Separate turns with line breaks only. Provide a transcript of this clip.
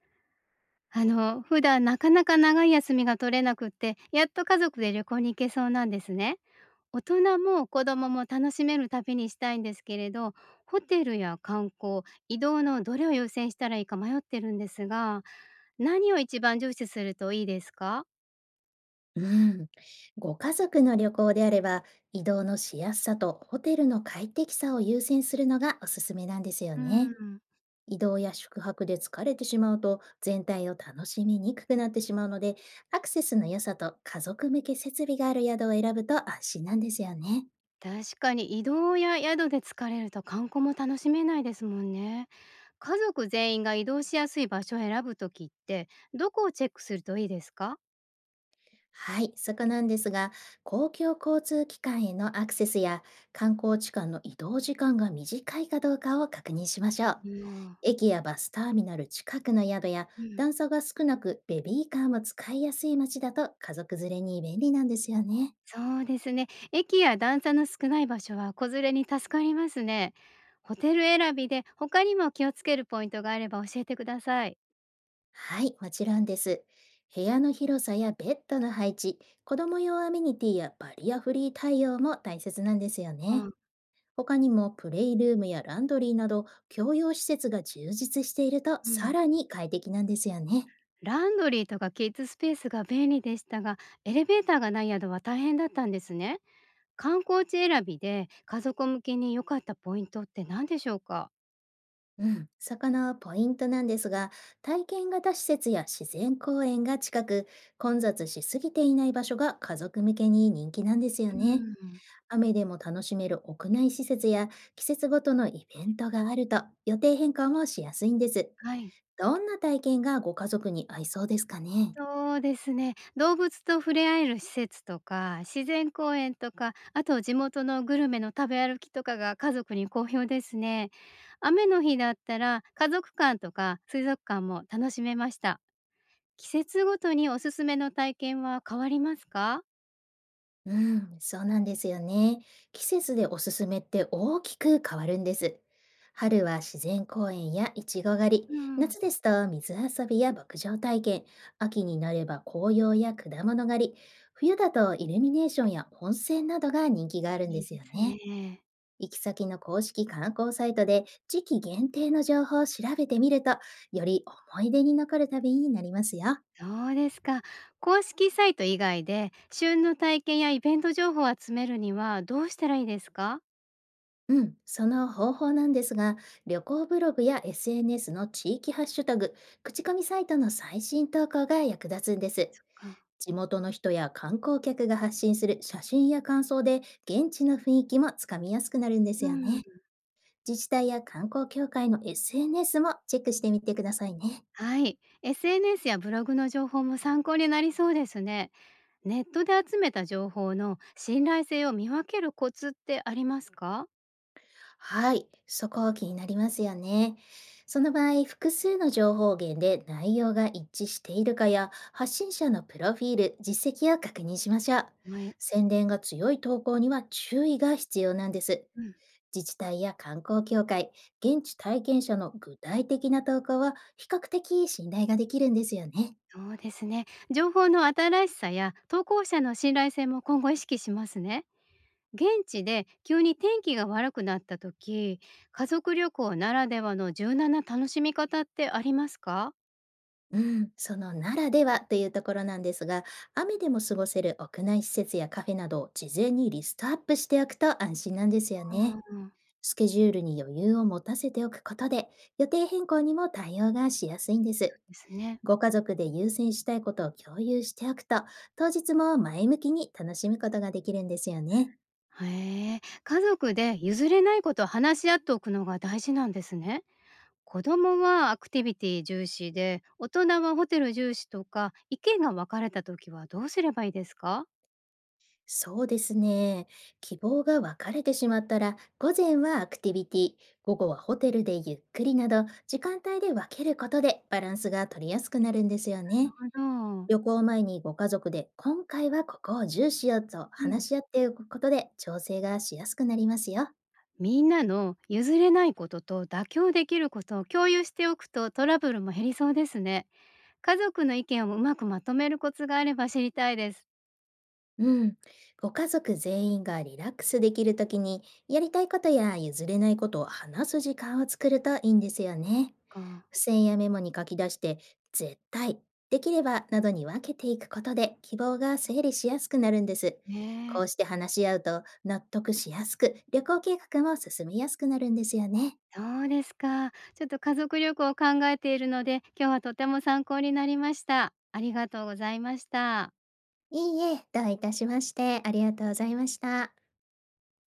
普段なかなか長い休みが取れなくって、やっと家族で旅行に行けそうなんですね。大人も子供も楽しめる旅にしたいんですけれど、ホテルや観光、移動のどれを優先したらいいか迷ってるんですが、何を一番重視するといいですか？
うん。ご家族の旅行であれば、移動のしやすさとホテルの快適さを優先するのがおすすめなんですよ
う
ね。
ん、
移動や宿泊で疲れてしまうと、全体を楽しみにくくなってしまうので、アクセスの良さと家族向け設備がある宿を選ぶと安心なんですよね。
確かに移動や宿で疲れると観光も楽しめないですもんね。家族全員が移動しやすい場所を選ぶときって、どこをチェックするといいですか？
はい、そこなんですが、公共交通機関へのアクセスや観光地間の移動時間が短いかどうかを確認しましょう。
うん。
駅やバスターミナル近くの宿や
うん。
段差が少なくベビーカーも使いやすい街だと家族連れに便利なんですよね。
そうですね。駅や段差の少ない場所は子連れに助かりますね。ホテル選びで他にも気をつけるポイントがあれば教えてください。
はい、もちろんです。部屋の広さやベッドの配置、子供用アメニティやバリアフリー対応も大切なんですよね。
あ、
他にもプレイルームやランドリーなど共用施設が充実していると
う
さ
ん。
らに快適なんですよね。
ランドリーとかキッズスペースが便利でしたが、エレベーターがない宿は大変だったんですね。観光地選びで家族向けに良かったポイントって何でしょうか？
うん、そこのポイントなんですが、体験型施設や自然公園が近く、混雑しすぎていない場所が家族向けに人気なんですよ
う
ね。
ん。
雨でも楽しめる屋内施設や季節ごとのイベントがあると予定変更もしやすいんです。
はい。
どんな体験がご家族に合いそうですかね。
そうですね。動物と触れ合える施設とか、自然公園とか、あと地元のグルメの食べ歩きとかが家族に好評ですね。雨の日だったら家族館とか水族館も楽しめました。季節ごとにおすすめの体験は変わりますか？
うん、そうなんですよね。季節でおすすめって大きく変わるんです。春は自然公園やいちご狩り、
うん。
夏ですと水遊びや牧場体験、秋になれば紅葉や果物狩り、冬だとイルミネーションや温泉などが人気があるん
い
で
い
す
で
よ
す
ね。
ね。
行き先の公式観光サイトで時期限定の情報を調べてみると、より思い出に残る旅になりますよ。
そうですか。公式サイト以外で旬の体験やイベント情報を集めるにはどうしたらいいですか？
うん、その方法なんですが、旅行ブログや SNS の地域ハッシュタグ、口コミサイトの最新投稿が役立つんです。
か。
地元の人や観光客が発信する写真や感想で、現地の雰囲気もつかみやすくなるんで
う
すよ
ん。
ね。自治体や観光協会の SNS もチェックしてみてくださいね。
はい。SNS やブログの情報も参考になりそうですね。ネットで集めた情報の信頼性を見分けるコツってありますか？
はい、そこ気になりますよね。その場合、複数の情報源で内容が一致しているかや、発信者のプロフィール、実績を確認しましょう。
はい。
宣伝が強い投稿には注意が必要なんです。
うん。
自治体や観光協会、現地体験者の具体的な投稿は比較的信頼ができるんですよね。
そうですね。情報の新しさや投稿者の信頼性も今後意識しますね。現地で急に天気が悪くなった時、家族旅行ならではの柔軟な楽しみ方ってありますか？
うん、そのならではというところなんですが、雨でも過ごせる屋内施設やカフェなどを事前にリストアップしておくと安心なんですよ
う
ね。
ん。
スケジュールに余裕を持たせておくことで、予定変更にも対応がしやすいんです。
ですね。
ご家族で優先したいことを共有しておくと、当日も前向きに楽しむことができるんですよね。
へえ。家族で譲れないことを話し合っておくのが大事なんですね。子供はアクティビティ重視で、大人はホテル重視とか、意見が分かれた時はどうすればいいですか？
そうですね。希望が分かれてしまったら、午前はアクティビティ、午後はホテルでゆっくりなど、時間帯で分けることでバランスが取りやすくなるんですよ
なる
ね。
ほど。
旅行前にご家族で、今回はここを重視しようと
うん。
話し合っておくことで調整がしやすくなりますよ。
みんなの譲れないことと妥協できることを共有しておくとトラブルも減りそうですね。家族の意見をうまくまとめるコツがあれば知りたいです。
うん。ご家族全員がリラックスできるときに、やりたいことや譲れないことを話す時間を作るといいんですよね。
か。
付箋やメモに書き出して、絶対、できればなどに分けていくことで希望が整理しやすくなるんです。
ね
こうし
え。
て話し合うと納得しやすく、旅行計画も進みやすくなるんですよね。
そうですか。ちょっと家族旅行を考えているので、今日はとても参考になりました。ありがとうございました。
いいえ、どういたしまして、ありがとうございました。